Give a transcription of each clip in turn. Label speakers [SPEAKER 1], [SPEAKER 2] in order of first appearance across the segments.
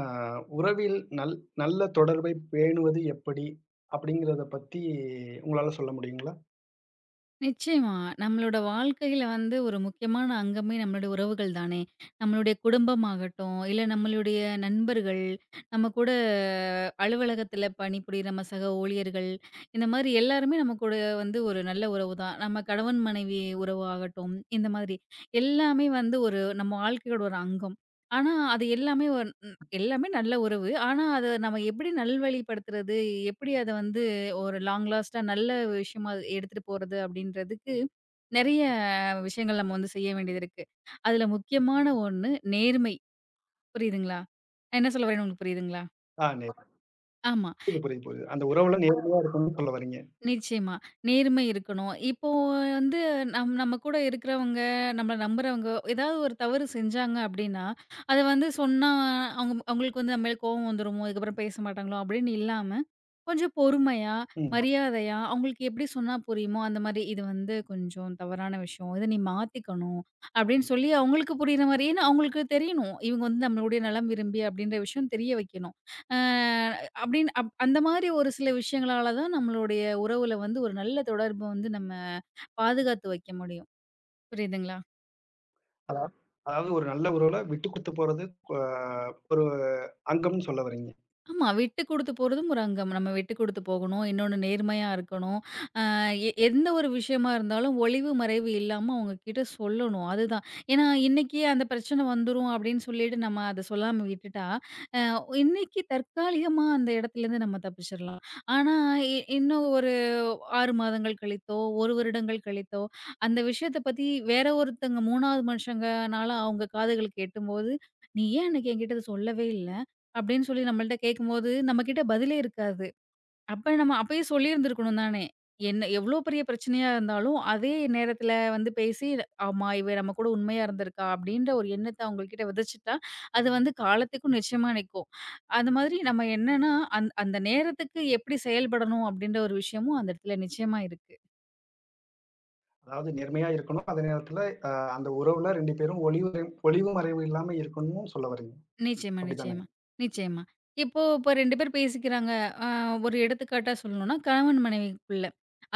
[SPEAKER 1] ஆ, உறவில் நல்ல தொடர்பை பேணுவது எப்படி? அப்படிங்கிறத பத்தி உங்களால சொல்ல முடியுங்களா?
[SPEAKER 2] நிச்சயமா. நம்மளோட வாழ்க்கையில வந்து ஒரு முக்கியமான அங்கமே நம்மளுடைய உறவுகள் தானே! நம்மளுடைய குடும்பமாகட்டும், இல்ல நம்மளுடைய நண்பர்கள், நம்ம கூட அலுவலகத்தில பணிபுரியிற நம்ம சக ஊழியர்கள், இந்த மாரி எல்லாருமே நம்ம கூட வந்து ஒரு நல்ல உறவு தான். நம்ம கணவன் மனைவி உறவு ஆகட்டும், இந்த மாதிரி. எல்லாமே வந்து ஒரு நம்ம வாழ்க்கையோட ஒரு அங்கம். ஆனா, அது எல்லாமே ஒன் ம் எல்லாமே நல்ல உறவு. ஆனா, அத நம்ம எப்படி நல்வழிப்படுத்துறது? எப்படி அத வந்து ஒரு லாங் லாஸ்ட்டா நல்ல விஷயமா அது எடுத்துட்டு போறது அப்படின்றதுக்கு நெறைய விஷயங்கள் நம்ம வந்து செய்ய வேண்டியது இருக்கு. அதுல முக்கியமான ஒண்ணு நேர்மை. புரியுதுங்களா? நான் என்ன சொல்ல வரேன்னு உங்களுக்கு புரியுதுங்களா?
[SPEAKER 1] ஆ,
[SPEAKER 2] ஆமா.
[SPEAKER 1] புரியுது, புரியுது, புரியுது. அந்த உறவுல நேர்மையா இருக்கணும்னு சொல்ல வர்றீங்க.
[SPEAKER 2] நிச்சயமா. நேர்மை இருக்கணும். இப்போ வந்து நம்ம கூட இருக்கிறவங்க, நம்மள நம்புறவங்க ஏதாவது ஒரு தவறு செஞ்சாங்க அப்படின்னா, அத வந்து சொன்னா அவங்களுக்கு வந்து நம்ம மேல கோவம் வந்துருமோ, இதுக்கப்புறம் பேச மாட்டாங்களோ அப்படின்னு இல்லாம, கொஞ்சம் பொறுமையா,
[SPEAKER 1] ம்.
[SPEAKER 2] மரியாதையா, அவங்களுக்கு எப்படி சொன்னா புரியுமோ, அந்த மாரி "இது வந்து கொஞ்சம் தவறான விஷயம். இத நீ மாத்திக்கணும்." அப்படின்னு சொல்லி அவங்களுக்கு புரியிற மாரி ஏன்னா அவங்களுக்கு தெரியணும். இவங்க வந்து நம்மளுடைய நலம் விரும்பி அப்படின்ற விஷயம் தெரிய வைக்கணும். அ அப்படின்னு அப் அந்த மாரி ஒரு சில விஷயங்களால தான் நம்மளுடைய உறவுல வந்து ஒரு நல்ல தொடர்பு வந்து நம்ம பாதுகாத்து வைக்க முடியும். புரியுதுங்களா?
[SPEAKER 1] அதா அதாவது ஒரு நல்ல உறவுல விட்டு குடுத்து போறது அ ஒரு அங்கம்னு சொல்ல வர்றீங்க.
[SPEAKER 2] ஆமா. விட்டு குடுத்து போறதும் ஒரு அங்கம். நம்ம விட்டு குடுத்து போகணும். இன்னொன்னு நேர்மையா இருக்கணும். எந்த ஒரு விஷயமா இருந்தாலும் ஒளிவு மறைவு இல்லாம அவங்ககிட்ட சொல்லணும். அதுதான். ஏன்னா, இன்னைக்கு அந்த பிரச்சனை வந்துரும் அப்டின்னு சொல்லிட்டு நம்ம அத சொல்லாம விட்டுட்டா, அ இன்னைக்கு தற்காலிகமா அந்த இடத்துலேருந்து நம்ம தப்பிச்சிரலாம். ஆனா, இன்னும் ஒரு 6 மாதங்கள் கழித்தோ, 1 வருடங்கள் கழித்தோ, அந்த விஷயத்த பத்தி வேற ஒருத்தங்க 3வது மனுஷங்கனால அவங்க காதுகளுக்கு எட்டும்போது, "நீ ஏன் அன்னைக்கு என்கிட்ட இத சொல்லவே இல்ல?" அப்டின்னு சொல்லி நம்மள்ட்ட கேட்கும்போது, நம்மகிட்ட பதிலே இருக்காது. அப்ப நம்ம அப்பயே சொல்லியிருந்திருக்கணும் தானே! என்ன எவ்ளோ பெரிய பிரச்சனையா இருந்தாலும், அதே நேரத்தில வந்து பேசி, "ஆமா, இவ நம்ம கூட உண்மையா இருந்திருக்கா" அப்படின்ற ஒரு எண்ணத்த அவங்ககிட்ட விதைச்சுட்டா, அது வந்து காலத்துக்கும் நிச்சயமா நிக்கும். அந்த மாதிரி நம்ம என்னன்னா, அந்த நேரத்துக்கு எப்படி செயல்படணும் அப்படின்ற ஒரு விஷயமும் அந்த இடத்துல நிச்சயமா இருக்கு.
[SPEAKER 1] அதாவது நேர்மையா இருக்கணும். அதே நேரத்துல அ அந்த உறவுல 2 பேரும் ஒளிவு ஒளிவு மறைவு இல்லாம இருக்கணும்னு சொல்ல வர்றீங்க.
[SPEAKER 2] நிச்சயமா, நிச்சயமா,
[SPEAKER 1] அப்படித்தானங்க?
[SPEAKER 2] நிச்சயமா. இப்ப 2 பேர் பேசிக்கிறாங்க. அ ஒரு எடுத்துக்காட்டா சொல்லணும்னா, கணவன் மனைவிக்குள்ள.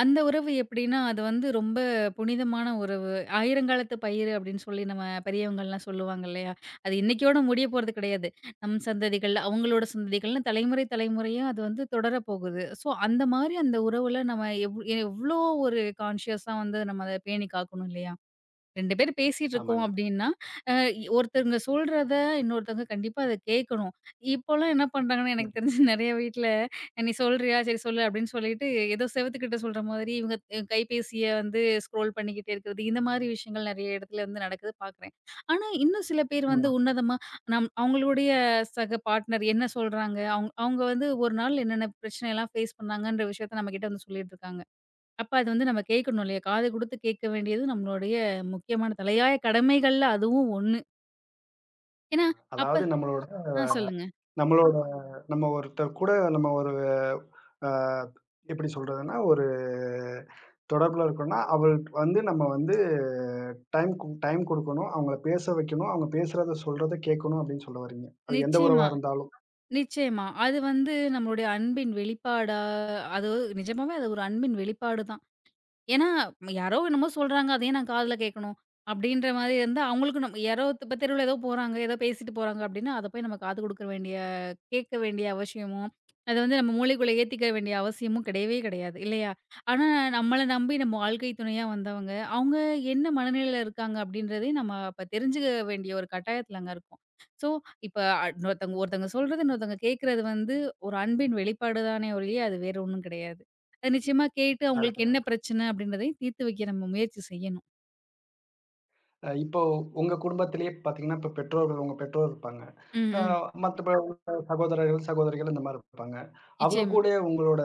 [SPEAKER 2] அந்த உறவு எப்படின்னா, அது வந்து ரொம்ப புனிதமான உறவு. "ஆயிரங்காலத்து பயிர்" அப்படின்னு சொல்லி நம்ம பெரியவங்கலாம் சொல்லுவாங்க இல்லையா? அது இன்னைக்கோட முடிய போறது கிடையாது. நம் சந்ததிகள், அவங்களோட சந்ததிகள்னு தலைமுறை, தலைமுறையா அது வந்து தொடரப்போகுது. ஸோ, அந்த மாரி அந்த உறவுல நம்ம எவ்ளோ ஒரு கான்ஷியஸா வந்து நம்ம அத பேணி காக்கணும் இல்லையா? 2 பேர் பேசிட்டுருக்கோம்
[SPEAKER 1] ஆமாங்க.
[SPEAKER 2] அப்டின்னா, அ ஒருத்தங்க சொல்றத இன்னொருத்தவங்க கண்டிப்பா அத கேட்கணும். இப்போலாம் என்ன பண்றாங்கன்னா,
[SPEAKER 1] ம்,
[SPEAKER 2] எனக்கு தெரிஞ்சு நெறைய வீட்ல "நீ சொல்றியா? சரி சொல்லு" அப்டின்னு சொல்லிட்டு ஏதோ செவுத்துக்கிட்ட சொல்ற மாதிரி இவங்க கைபேசிய வந்து ஸ்க்ரோல் பண்ணிக்கிட்டே இருக்கிறது. இந்த மாரி விஷயங்கள் நெறைய இடத்துல வந்து நடக்குது பார்க்குறேன். ஆனா, இன்னும் சில பேர் வந்து
[SPEAKER 1] ம்.
[SPEAKER 2] உன்னதமா அவங்களுடைய சக பார்ட்னர் என்ன சொல்றாங்க? அவங்க அவங்க வந்து ஒரு நாள் என்னென்ன பிரச்சனைலாம் ஃபேஸ் பண்ணாங்கன்ற விஷயத்த நம்மகிட்ட வந்து சொல்லிட்டுருக்காங்க. அப்ப அது வந்து நம்ம கேட்கணும் இல்லையா? காது குடுத்து கேட்க வேண்டியது நம்மளுடைய முக்கியமான தலையாய கடமைகள்ல அதுவும் ஒண்ணு. ஏன்னா, அப்ப
[SPEAKER 1] அதாவது நம்மளோட
[SPEAKER 2] ஆ, சொல்லுங்க.
[SPEAKER 1] நம்மளோட நம்ம ஒருத்தர் கூட நம்ம ஒரு, அ எப்படி சொல்றதுன்னா, ஒரு தொடர்புல இருக்கோம்னா, அவளுக்கு வந்து நம்ம வந்து டைம் டைம் குடுக்கணும். அவங்கள பேச வைக்கணும். அவங்க பேசுறத, சொல்றத கேட்கணும் அப்படின்னு சொல்ல வர்றீங்க. அது எந்த
[SPEAKER 2] நிச்சயமா,
[SPEAKER 1] உறவா இருந்தாலும்.
[SPEAKER 2] நிச்சயமா. அது வந்து நம்மளுடைய அன்பின் வெளிப்பாடா அது நிஜமாவே அது ஒரு அன்பின் வெளிப்பாடு தான். ஏன்னா, யாரோ என்னமோ சொல்றாங்க. அத ஏன் நான் காதுல கேட்கணும்? அப்படின்ற மாரி இருந்தா, அவங்களுக்கு நம்ம யாரோ இப்ப தெருவுல ஏதோ போறாங்க, ஏதோ பேசிட்டு போறாங்க அப்படின்னா, அத போய் நம்ம காது குடுக்க வேண்டிய கேட்க வேண்டிய அவசியமும், அத வந்து நம்ம மூளைக்குள்ள ஏத்திக்க வேண்டிய அவசியமும் கிடையவே கிடையாது, இல்லையா? ஆனா, நம்மள நம்பி நம்ம வாழ்க்கை துணையா வந்தவங்க, அவங்க என்ன மனநிலையில இருக்காங்க அப்படின்றதையும் நம்ம அப்ப தெரிஞ்சுக்க வேண்டிய ஒரு கட்டாயத்துல அங்க இருக்கோம். ஸோ, இப்ப அ இன்னொருத்தவங்க ஒருத்தவங்க சொல்றது, இன்னொருத்தவங்க கேட்கறது வந்து ஒரு அன்பின் வெளிப்பாடு தானே ஒழிய, அது வேற ஒண்ணும் கிடையாது. நிச்சயமா கேட்டு அவங்களுக்கு
[SPEAKER 1] அருமையா
[SPEAKER 2] என்ன
[SPEAKER 1] இருக்கு.
[SPEAKER 2] பிரச்சனை அப்படின்றதையும் தீர்த்து வைக்க நம்ம முயற்சி செய்யணும்.
[SPEAKER 1] இப்போ உங்க குடும்பத்திலேயே பார்த்தீங்கன்னா, இப்போ பெற்றோர்கள், உங்க பெற்றோர் இருப்பாங்க.
[SPEAKER 2] ம்,
[SPEAKER 1] அ
[SPEAKER 2] ம்.
[SPEAKER 1] மத்தப சகோதரர்கள், சகோதரிகள் இந்த மாரி இருப்பாங்க. அவங்க
[SPEAKER 2] நிச்சயமா.
[SPEAKER 1] கூடயே உங்களோட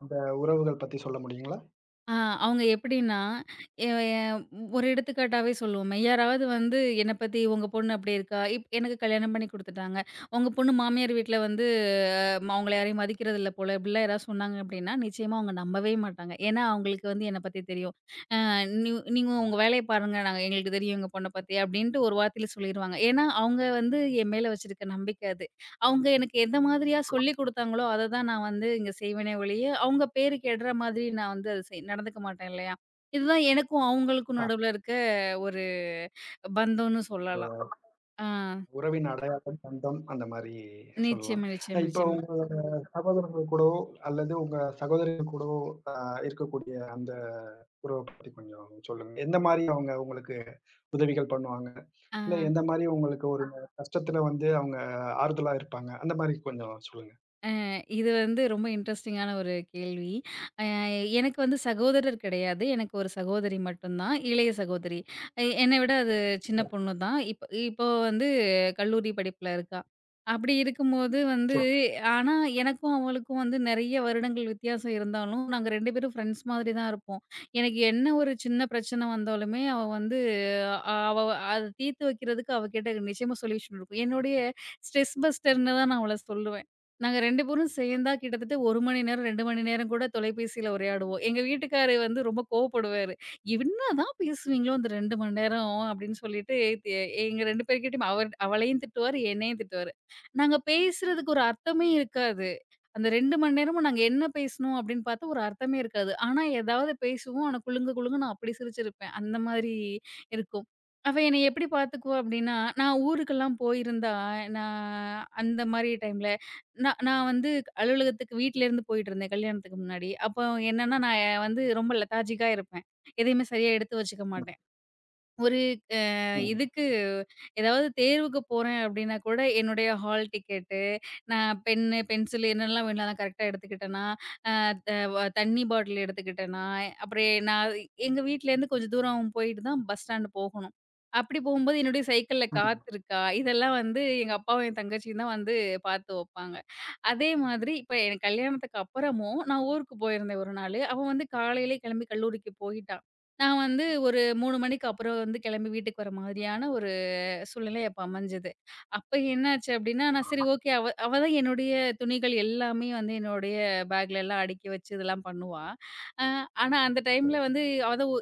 [SPEAKER 1] அந்த உறவுகள் பத்தி சொல்ல முடியுங்களா?
[SPEAKER 2] ஆ அவங்க எப்படின்னா, எ எ- ஒரு எடுத்துக்காட்டாவே சொல்லுவோமே, யாராவது வந்து என்ன பத்தி உங்க பொண்ணு அப்படி இருக்கா? எனக்கு கல்யாணம் பண்ணி குடுத்துட்டாங்க. உங்க பொண்ணு மாமியார் வீட்ல வந்து அவங்கள யாரையும் மதிக்கிறது இல்ல போல, இப்படிலாம் யாராவது சொன்னாங்க அப்படின்னா, நிச்சயமா அவங்க நம்பவே மாட்டாங்க. ஏன்னா அவங்களுக்கு வந்து என்ன பத்தி தெரியும். நீ நீங்க உங்க வேலைய பாருங்க. நாங்க எங்களுக்கு தெரியும் எங்க பொண்ண பத்தி அப்டின்ட்டு ஒரு வார்த்தையில சொல்லிருவாங்க. ஏன்னா, அவங்க வந்து என் மேல வச்சிருக்க நம்பிக்கை அது. அவங்க எனக்கு எந்த மாதிரியா சொல்லிக் குடுத்தாங்களோ, அத தான் நான் வந்து இங்க செய்வேனே ஒழிய, அவங்க பேரு கெடுற மாதிரி நான் வந்து அத செய் நடந்துக்க மாட்டேன் இல்லையா? இதுதான் எனக்கும் அவங்களுக்கும் நடுவுல இருக்க ஒரு பந்தம்னு
[SPEAKER 1] ஆ.
[SPEAKER 2] சொல்லலாம். ஆ.
[SPEAKER 1] உறவின் அடையாளம், பந்தம் அந்த மாரி சொல்லலாம்.
[SPEAKER 2] நிச்சயமா, நிச்சயமா,
[SPEAKER 1] இப்ப
[SPEAKER 2] நிச்சயமா.
[SPEAKER 1] உங்களோட சகோதரர்கள் கூடவோ, அல்லது உங்க சகோதரிகள் கூடவோ அ இருக்கக்கூடிய அந்த உறவ பத்தி கொஞ்சம் சொல்லுங்க. எந்த மாரி அவங்க உங்களுக்கு உதவிகள் பண்ணுவாங்க?
[SPEAKER 2] ஆ.
[SPEAKER 1] இல்ல எந்த மாரி உங்களுக்கு ஒரு கஷ்டத்துல வந்து அவங்க ஆறுதலா இருப்பாங்க? அந்த மாரி கொஞ்சம் சொல்லுங்க.
[SPEAKER 2] அ இது வந்து ரொம்ப இன்ட்ரஸ்டிங்கான ஒரு கேள்வி. அ எனக்கு வந்து சகோதரர் கிடையாது. எனக்கு ஒரு சகோதரி மட்டும் தான். இளைய சகோதரி. என்னை விட அது சின்ன
[SPEAKER 1] ஓ!
[SPEAKER 2] பொண்ணு தான். இப்போ வந்து கல்லூரி படிப்புல இருக்கா. அப்படி இருக்கும்போது வந்து
[SPEAKER 1] சரி.
[SPEAKER 2] ஆனா எனக்கும் அவளுக்கும் வந்து நெறைய வருடங்கள் வித்தியாசம் இருந்தாலும், நாங்க 2 பேரும் ஃப்ரெண்ட்ஸ் மாதிரி தான் இருப்போம். எனக்கு என்ன ஒரு சின்ன பிரச்சனை வந்தாலுமே, அவ வந்து அவ அத தீர்த்து வைக்கிறதுக்கு அவகிட்ட நிச்சயமா சொல்யூஷன் இருக்கும். என்னுடைய ஸ்ட்ரெஸ் பஸ்டர்ன்னு தான் நான் அவள சொல்லுவேன். நாங்க 2 பேரும் சேர்ந்தா கிட்டத்தட்ட 1 மணி நேரம், 2 மணி நேரம் கூட தொலைபேசியில உரையாடுவோம். எங்க வீட்டுக்காரு வந்து ரொம்ப கோவப்படுவாரு. "என்னதான் பேசுவீங்களோ அந்த 2 மணி நேரம்" அப்படின்னு சொல்லிட்டு தி எங்க 2 பேர்கிட்டயும் அவர் அவளையும் திட்டுவாரு, என்னையும் திட்டுவாரு. நாங்க பேசுறதுக்கு ஒரு அர்த்தமே இருக்காது. அந்த 2 மணி நேரமும் நாங்க என்ன பேசினோம் அப்படின்னு பார்த்தா ஒரு அர்த்தமே இருக்காது. ஆனா ஏதாவது பேசுவோம். ஆனா குலுங்கு குலுங்குன்னு நான் அப்படி சிரிச்சிருப்பேன். அந்த மாதிரி இருக்கும். அவ என்னைய எப்படி பார்த்துக்குவா அப்படின்னா, நான் ஊருக்கெல்லாம் போயிருந்தா, நான் அந்த மாதிரி டைம்ல நான் நான் வந்து அலுவலகத்துக்கு வீட்லேருந்து போயிட்டுருந்தேன் கல்யாணத்துக்கு முன்னாடி. அப்போ என்னன்னா நான் வந்து ரொம்ப லெதார்ஜிக்கா இருப்பேன். எதையுமே சரியா எடுத்து வச்சுக்க மாட்டேன். ஒரு அ
[SPEAKER 1] ம்.
[SPEAKER 2] இதுக்கு ஏதாவது தேர்வுக்கு போறேன் அப்டின்னா கூட, என்னுடைய ஹால் டிக்கெட்டு, நான் பென்னு, பென்சிலு என்னெல்லாம் வேணும்ல அதெல்லாம் கரெக்ட்டா எடுத்துக்கிட்டேனா, அ த வ தண்ணி பாட்டில் எடுத்துக்கிட்டேனா, அப்புறம் நான் எங்க வீட்லேருந்து கொஞ்சம் தூரம் போயிட்டு தான் பஸ் ஸ்டாண்ட் போகணும். அப்டி போகும்போது என்னுடைய சைக்கிள்ல
[SPEAKER 1] ம்.
[SPEAKER 2] காத்து இருக்கா? இதெல்லாம் வந்து எங்க அப்பாவும், என் தங்கச்சியும் தான் வந்து பார்த்து வப்பாங்க. அதே மாதிரி இப்ப என் கல்யாணத்துக்கு அப்புறமும் நான் ஊருக்கு போயிருந்தேன் ஒரு நாளு. அவ வந்து காலையிலே கிளம்பி கல்லூரிக்கு போயிட்டா. நான் வந்து ஒரு 3 மணிக்கு அப்புறம் வந்து கிளம்பி வீட்டுக்கு வர மாதிரியான ஒரு சூழ்நிலை அப்ப அமைஞ்சது. அப்ப என்னாச்சு அப்டின்னா, நான் சரி ஓகே அவ அவ தான் என்னுடைய துணிகள் எல்லாமே வந்து என்னுடைய பேக்ல எல்லாம் அடுக்கி வச்சு இதெல்லாம் பண்ணுவா. அ ஆனா அந்த டைம்ல
[SPEAKER 1] சரி.
[SPEAKER 2] வந்து அவ தான்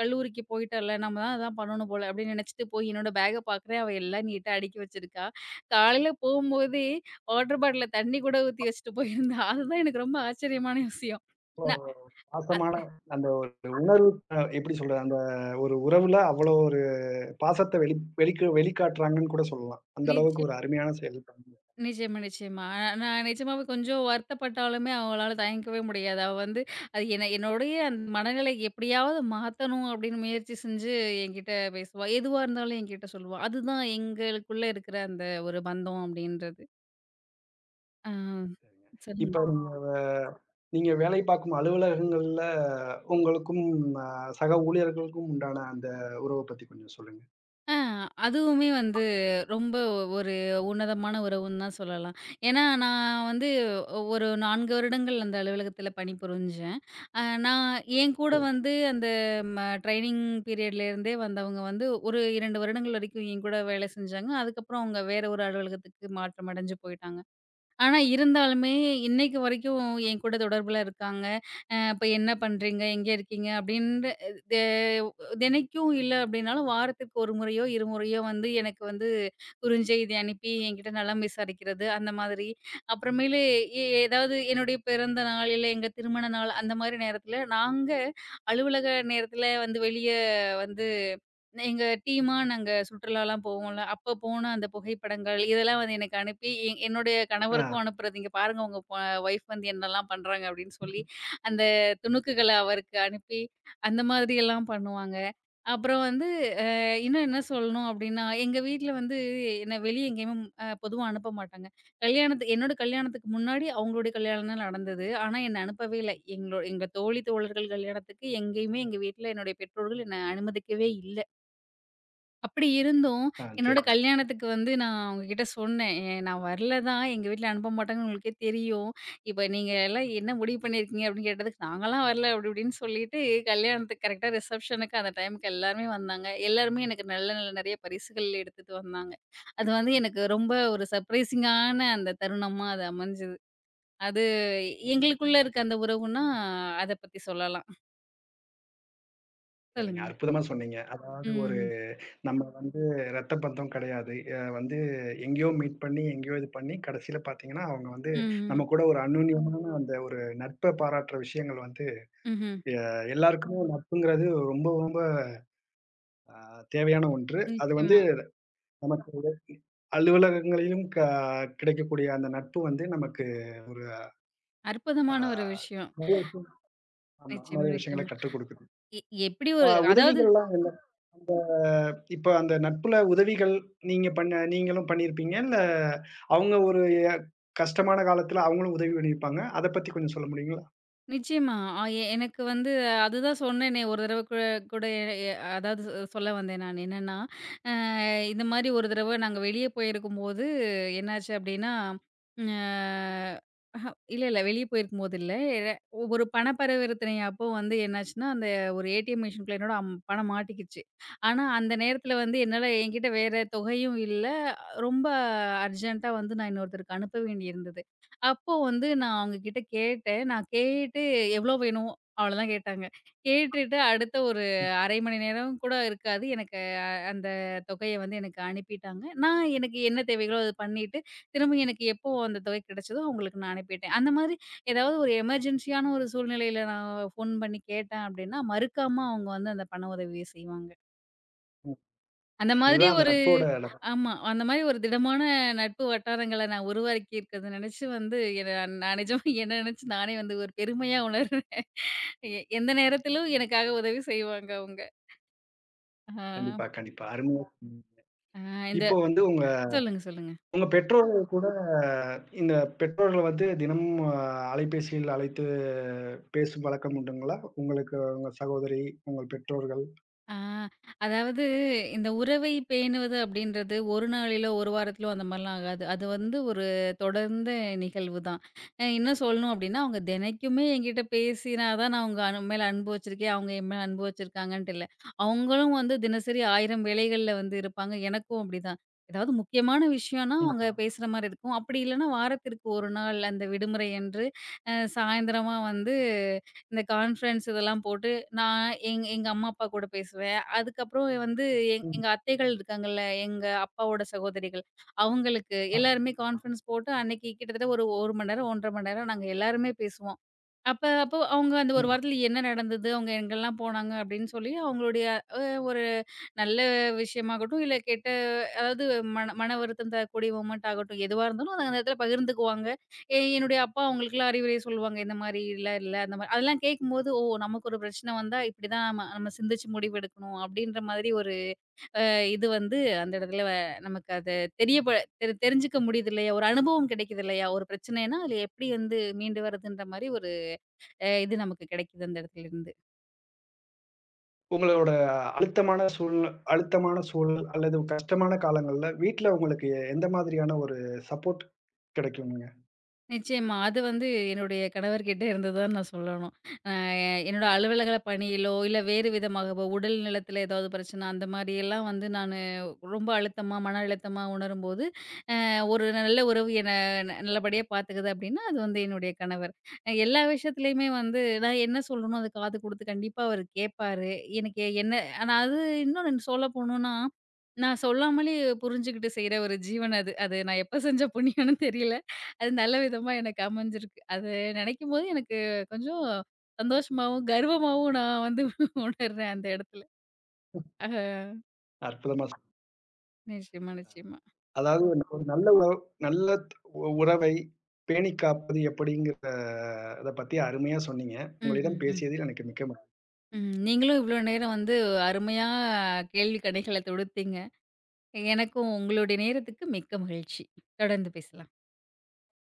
[SPEAKER 2] கல்லூரிக்கு போயிட்டல்ல, நம்ம தான் அதான் பண்ணணும் போல அப்படின்னு நினைச்சுட்டு போய் என்னோட பேக்க பார்க்குறேன். அவ எல்லாம் நீட்டா அடுக்கி வச்சிருக்கா. காலையில போம்போதே வாட்டர் பாட்டில்ல தண்ணி கூட ஊத்தி வச்சுட்டு போயிருந்தா. அதுதான் எனக்கு ரொம்ப ஆச்சரியமான விஷயம்.
[SPEAKER 1] ஓ!
[SPEAKER 2] நான்
[SPEAKER 1] பாசமான
[SPEAKER 2] அத்
[SPEAKER 1] அந்த ஒரு உணர்வு, எப்படி சொல்றது? அந்த ஒரு உறவுல அவ்வளோ ஒரு பாசத்த வெளிக்காட்டுறாங்கன்னு கூட சொல்லலாம். அந்த
[SPEAKER 2] நிச்சய
[SPEAKER 1] அளவுக்கு ஒரு அருமையான செயல்.
[SPEAKER 2] நிச்சயமா, நிச்சயமா. நான் நிஜமாவே கொஞ்சம் வருத்தப்பட்டாலுமே அவளால தயங்கவே முடியாது. அவ வந்து அது என்ன என்னுடைய அந்த மனநிலை எப்படியாவது மாத்தணும் அப்படின்னு முயற்சி செஞ்சு என்கிட்ட பேசுவா. எதுவா இருந்தாலும் என்கிட்ட சொல்லுவா. அதுதான் எங்களுக்குள்ள இருக்கிற அந்த ஒரு பந்தம் அப்படின்றது. ஆ. சொல்லுங்க.
[SPEAKER 1] இப்ப நீங்க நீங்க வேலை பார்க்கும் அலுவலகங்கள்ல உங்களுக்கும், அ சக ஊழியர்களுக்கும் உண்டான அந்த உறவ பத்தி கொஞ்சம் சொல்லுங்க.
[SPEAKER 2] ஆ, அதுவுமே வந்து ரொம்ப ஒரு உன்னதமான உறவுன்னு தான் சொல்லலாம். ஏன்னா, நான் வந்து ஒரு 4 வருடங்கள் அந்த அலுவலகத்தில பணிபுரிஞ்சேன். நான் என் கூட
[SPEAKER 1] சரி.
[SPEAKER 2] வந்து அந்த ம ட்ரெய்னிங் பீரியட்லேருந்தே வந்தவங்க வந்து ஒரு 2 வருடங்கள் வரைக்கும் என் கூட வேலை செஞ்சாங்க. அதுக்கப்புறம் அவங்க வேற ஒரு அலுவலகத்துக்கு மாற்றம் அடைஞ்சு போயிட்டாங்க. ஆனா இருந்தாலுமே, இன்னைக்கு வரைக்கும் என் கூட தொடர்புல இருக்காங்க. "இப்ப என்ன பண்றீங்க? எங்க இருக்கீங்க?" அப்படின்ற தெ தினைக்கும் இல்ல அப்படின்னாலும், வாரத்துக்கு 1 முறையோ, 2 முறையோ வந்து எனக்கு வந்து குறுஞ்செய்தி அனுப்பி என்கிட்ட நலம் விசாரிக்கிறது, அந்த மாதிரி. அப்புறமேலு ஏதாவது என்னுடைய பிறந்த நாள், இல்ல எங்க திருமண நாள், அந்த மாரி நேரத்தில, நாங்க அலுவலக நேரத்தில வந்து வெளிய வந்து எங்க டீமா நாங்க சுற்றுலாலாம் போவோம்ல. அப்ப போன அந்த புகைப்படங்கள், இதெல்லாம் வந்து எனக்கு அனுப்பி என்னுடைய
[SPEAKER 1] ஆ,
[SPEAKER 2] கணவருக்கும் அனுப்புறது. "இங்க பாருங்க உங்க ஒய்ஃப் வந்து என்னலாம் பண்றாங்க" அப்படின்னு சொல்லி, அந்த துணுக்குகள அவருக்கு அனுப்பி, அந்த மாதிரியெல்லாம் பண்ணுவாங்க. அப்புறம் வந்து அ இன்னும் என்ன சொல்லணும் அப்படின்னா, எங்க வீட்ல வந்து என்ன வெளிய எங்கேயும் பொதுவா அனுப்ப மாட்டாங்க. என்னோட கல்யாணத்துக்கு முன்னாடி அவங்களுடைய கல்யாணம் தான் நடந்தது. ஆனா என்ன அனுப்பவே இல்ல. எங்க தோழி, தோழர்கள் கல்யாணத்துக்கு எங்கேயுமே எங்க வீட்ல என்னுடைய பெற்றோர்கள் என்ன அனுமதிக்கவே இல்ல. அப்படி இருந்தும்,
[SPEAKER 1] ஆ
[SPEAKER 2] என்னோட
[SPEAKER 1] சரிங்க,
[SPEAKER 2] கல்யாணத்துக்கு வந்து நான் அவங்ககிட்ட சொன்னேன். நான் வரல தான். எங்க வீட்ல அனுப்ப மாட்டாங்கன்னு உங்களுக்கே தெரியும். இப்ப நீங்க எல்லாம் என்ன முடிவு பண்ணியிருக்கீங்க?" அப்படின்னு கேட்டதுக்கு, "நாங்கலாம் வரல" அப்படி இப்படின்னு சொல்லிட்டு, கல்யாணத்துக்கு கரெக்ட்டா ரிசப்ஷனுக்கு அந்த டைமுக்கு எல்லாருமே வந்தாங்க. எல்லாருமே எனக்கு நல்ல நல்ல நெறைய பரிசுகள் எடுத்துட்டு வந்தாங்க. அது வந்து எனக்கு ரொம்ப ஒரு சர்ப்ரைசிங்கான அந்த தருணமா அது அமைஞ்சது. அது எங்களுக்குள்ள இருக்க அந்த உறவுன்னா, அத பத்தி சொல்லலாம்.
[SPEAKER 1] சரிங்க.
[SPEAKER 2] சொல்லுங்க.
[SPEAKER 1] அற்புதமா சொன்னீங்க. அதாவது ஒரு
[SPEAKER 2] ம்.
[SPEAKER 1] நம்ம வந்து ரத்த பந்தம் கிடையாது. வந்து எங்கேயோ மீட் பண்ணி, எங்கேயோ இது பண்ணி கடைசியில பார்த்தீங்கன்னா, அவங்க வந்து
[SPEAKER 2] ம். ம்ஹ்ம்.
[SPEAKER 1] நம்ம கூட ஒரு அன்யோன்யமான அந்த ஒரு நட்ப பாராட்டுற விஷயங்கள் வந்து,
[SPEAKER 2] ம்ஹ்ம்.
[SPEAKER 1] எ எல்லாருக்குமே நட்புங்கிறது ரொம்ப ரொம்ப அ தேவையான ஒன்று. அது வந்து
[SPEAKER 2] நிச்சயமா.
[SPEAKER 1] நமக்கு உதவி அலுவலகங்களிலும் கிடைக்கக்கூடிய அந்த நட்பு வந்து நமக்கு ஒரு. ஆ,
[SPEAKER 2] அற்புதமான ஒரு விஷயம்.
[SPEAKER 1] நிறைய விஷயம். ஆமா.
[SPEAKER 2] நிச்சயமா,
[SPEAKER 1] நிறைய விஷயங்கள
[SPEAKER 2] நிச்சயமா.
[SPEAKER 1] கற்றுக் குடுக்குது.
[SPEAKER 2] எ எப்படி
[SPEAKER 1] ஆ,
[SPEAKER 2] ஒரு அதாவது
[SPEAKER 1] உதவிகள்லாம் என்ன அந்த, இப்ப அந்த நட்புல உதவிகள் நீங்க பண்ண நீங்களும் பண்ணியிருப்பீங்க. இல்ல அவங்க ஒரு எ கஷ்டமான காலத்துல அவங்களும் உதவி பண்ணியிருப்பாங்க. அத பத்தி கொஞ்சம் சொல்ல முடியுங்களா?
[SPEAKER 2] நிச்சயமா. அ எ எனக்கு வந்து அதுதான் சொன்னேனே ஒரு தடவ கூட கூட எ அதாவது சொல்ல வந்தேன் நான். என்னன்னா, அ இந்த மாரி ஒரு தடவ நாங்க வெளிய போயிருக்கும்போது என்னாச்சு அப்படின்னா, ம் அ அஹ இல்ல, இல்ல. வெளிய போயிருக்கும்போது இல்ல. எ ஒரு பண பரிவர்த்தனை அப்போ வந்து என்னாச்சுன்னா, அந்த ஒரு ஏடிஎம் மிஷின்குள்ள என்னோட பணம் மாட்டிக்கிச்சு. ஆனா, அந்த நேரத்துல வந்து என்னால என்கிட்ட வேற தொகையும் இல்ல. ரொம்ப அர்ஜென்ட்டா வந்து நான் இன்னொருத்தருக்கு அனுப்ப வேண்டியிருந்தது. அப்போ வந்து நான் அவங்ககிட்ட கேட்டேன். நான் கேட்டு எவ்ளோ வேணும்? அவ்வளோதான் கேட்டாங்க. கேட்டுட்டு அடுத்த ஒரு 1/2 மணி நேரம் கூட இருக்காது. எனக்கு அந்த தொகைய வந்து எனக்கு அனுப்பிட்டாங்க. நான் எனக்கு என்ன தேவைகளோ அத பண்ணிட்டு, திரும்ப எனக்கு எப்போ அந்த தொகை கிடைச்சதோ அவங்களுக்கு நான் அனுப்பிட்டேன். அந்த மாதிரி ஏதாவது ஒரு எமர்ஜென்சியான ஒரு சூழ்நிலையில நான் ஃபோன் பண்ணி கேட்டேன் அப்டின்னா, மறுக்காம அவங்க வந்து அந்த பண உதவிய செய்வாங்க. அந்த மாதிரி
[SPEAKER 1] இதுதான் அந்த
[SPEAKER 2] ஒரு
[SPEAKER 1] நட்போட நட்பு.
[SPEAKER 2] ஆமா. அந்த மாரி ஒரு திடமான நட்பு வட்டாரங்கள நான் உருவாக்கி இருக்கிறத நெனச்சு வந்து என்ன நான் நிஜமா என்ன நெனச்சு நானே வந்து ஒரு பெருமையா உணர்றேன். எந்த நேரத்திலும் எனக்காக உதவி செய்வாங்க அவங்க. ஆ,
[SPEAKER 1] கண்டிப்பா, கண்டிப்பா. அருமையா சொன்னீங்க.
[SPEAKER 2] ஆ இந்த
[SPEAKER 1] இப்போ வந்து உங்க
[SPEAKER 2] சொல்லுங்க, சொல்லுங்க.
[SPEAKER 1] உங்க பெற்றோர்கள் கூட இந்த பெற்றோர்கள வந்து தினமும் அலைபேசியில் அழைத்து பேசும் வழக்கம் உண்டுங்களா? உங்களுக்கு உங்க சகோதரி, உங்கள் பெற்றோர்கள்?
[SPEAKER 2] ஆ, அதாவது இந்த உறவை பேணுவது அப்படின்றது ஒரு நாளிலோ, ஒரு வாரத்திலோ அந்த மாரிலாம் ஆகாது. அது வந்து ஒரு தொடர்ந்த நிகழ்வு தான். இன்னும் சொல்லணும் அப்படின்னா, அவங்க தினைக்குமே என்கிட்ட பேசினா தான் நான் அவங்க மேல அன்பு வச்சிருக்கேன், அவங்க என் மேல அன்பு வச்சிருக்காங்கன்ட்டு இல்ல. அவங்களும் வந்து தினசரி 1000 வேலைகள்ல வந்து இருப்பாங்க. எனக்கும் அப்படிதான். ஏதாவது முக்கியமான விஷயம்னா அவங்க
[SPEAKER 1] ம்,
[SPEAKER 2] பேசுற மாரி இருக்கும். அப்படி இல்லன்னா வாரத்திற்கு 1 நாள் அந்த விடுமுறை அன்று, சாயந்திரமா வந்து இந்த கான்ஃபரன்ஸ் இதெல்லாம் போட்டு நான் எங்க அம்மா, அப்பா கூட பேசுவேன். அதுக்கப்புறம் வந்து
[SPEAKER 1] ம்,
[SPEAKER 2] எங்க அத்தைகள் இருக்காங்கல்ல, எங்க அப்பாவோட சகோதரிகள். அவங்களுக்கு
[SPEAKER 1] ஆ,
[SPEAKER 2] எல்லாருமே கான்ஃபரன்ஸ் போட்டு அன்னைக்கு கிட்டத்தட்ட ஒரு 1 மணி நேரம், 1 1/2 மணி நேரம் நாங்க எல்லாருமே பேசுவோம். அப்போ அவங்க அந்த ஒரு
[SPEAKER 1] ம்.
[SPEAKER 2] வாரத்துல என்ன நடந்தது? அவங்க எங்கெல்லாம் போனாங்க? அப்படின்னு சொல்லி அவங்களுடைய அ ஒரு நல்ல விஷயமாகட்டும், இல்ல கெட்ட அதாவது மன மன வருத்தம் தரக்கூடிய மொமெண்ட் ஆகட்டும், எதுவா இருந்தாலும் அத அந்த இடத்துல பகிர்ந்துக்குவாங்க. என்னுடைய அப்பா அவங்களுக்குலாம் அறிவுரை சொல்லுவாங்க. இந்த மாரிலாம் இல்ல, இல்ல அந்த மாரி அதெல்லாம் கேட்கும்போது, ஓ! நமக்கு ஒரு பிரச்சனை வந்தா இப்படிதான் நம்ம நம்ம சிந்திச்சு முடிவெடுக்கணும் அப்படின்ற மாதிரி ஒரு இது வந்து அந்த இடத்துல நமக்கு அது தெரியப்ப தெரி தெரிஞ்சுக்க முடியுது இல்லையா? ஒரு அனுபவம் கிடைக்குது இல்லையா? ஒரு பிரச்சனைன்னா அதுல எப்படி வந்து மீண்டு வரதுன்ற மாரி ஒரு இது நமக்கு கிடைக்குது அந்த இடத்துலருந்து.
[SPEAKER 1] உங்களோட அழுத்தமான சூழ் அழுத்தமான சூழல் அல்லது கஷ்டமான காலங்கள்ல வீட்ல உங்களுக்கு எந்த மாதிரியான ஒரு சப்போர்ட் கிடைக்கும்ங்க?
[SPEAKER 2] நிச்சயமா. அது வந்து என்னுடைய கணவர்கிட்ட இருந்து தான் நான் சொல்லணும். என்னோட அலுவலக பணியிலோ, இல்ல வேறு விதமாகவோ உடல் நலத்தில ஏதாவது பிரச்சனை அந்த மாரியெல்லாம் வந்து நானு ரொம்ப அழுத்தமா, மன அழுத்தமா உணரும்போது, அ ஒரு நல்ல உறவு என்ன நல்லபடியா பார்த்துக்குது அப்படின்னா, அது வந்து என்னுடைய கணவர். எல்லா விஷயத்துலயுமே வந்து நான் என்ன சொல்லணும் அது காது குடுத்து கண்டிப்பா அவரு கேட்பாரு. எனக்கு என்ன ஆனா அது இன்னும் சொல்ல போணும்னா, நான் சொல்லாமலே புரிஞ்சுகிட்டு செய்ற ஒரு ஜீவன் அது. அது நான் எப்ப செஞ்ச புண்ணியம்னு தெரியல. அது நல்ல விதமா எனக்கு அமைஞ்சிருக்கு. அது நினைக்கும்போது எனக்கு கொஞ்சம் சந்தோஷமாவும், கர்வமாவும் நான் வந்து உணர்றேன் அந்த இடத்துல. ஆஹ
[SPEAKER 1] அற்புதமா
[SPEAKER 2] நிச்சயமா, நிச்சயமா.
[SPEAKER 1] அதாவது ஒரு நல்ல உறவை பேணிக் காப்பது எப்படிங்கிறத பத்தி அருமையா சொன்னீங்க.
[SPEAKER 2] ம்,
[SPEAKER 1] உங்களிடம்
[SPEAKER 2] ம், ம்.
[SPEAKER 1] பேசியதில் எனக்கு மிக்க
[SPEAKER 2] ம். நீங்களும் இவ்ளோ நேரம் வந்து அருமையா கேள்வி கணைகள தொடுத்தீங்க. எனக்கும் உங்களுடைய நேரத்துக்கு மிக்க மகிழ்ச்சி. தொடர்ந்து பேசலாம்.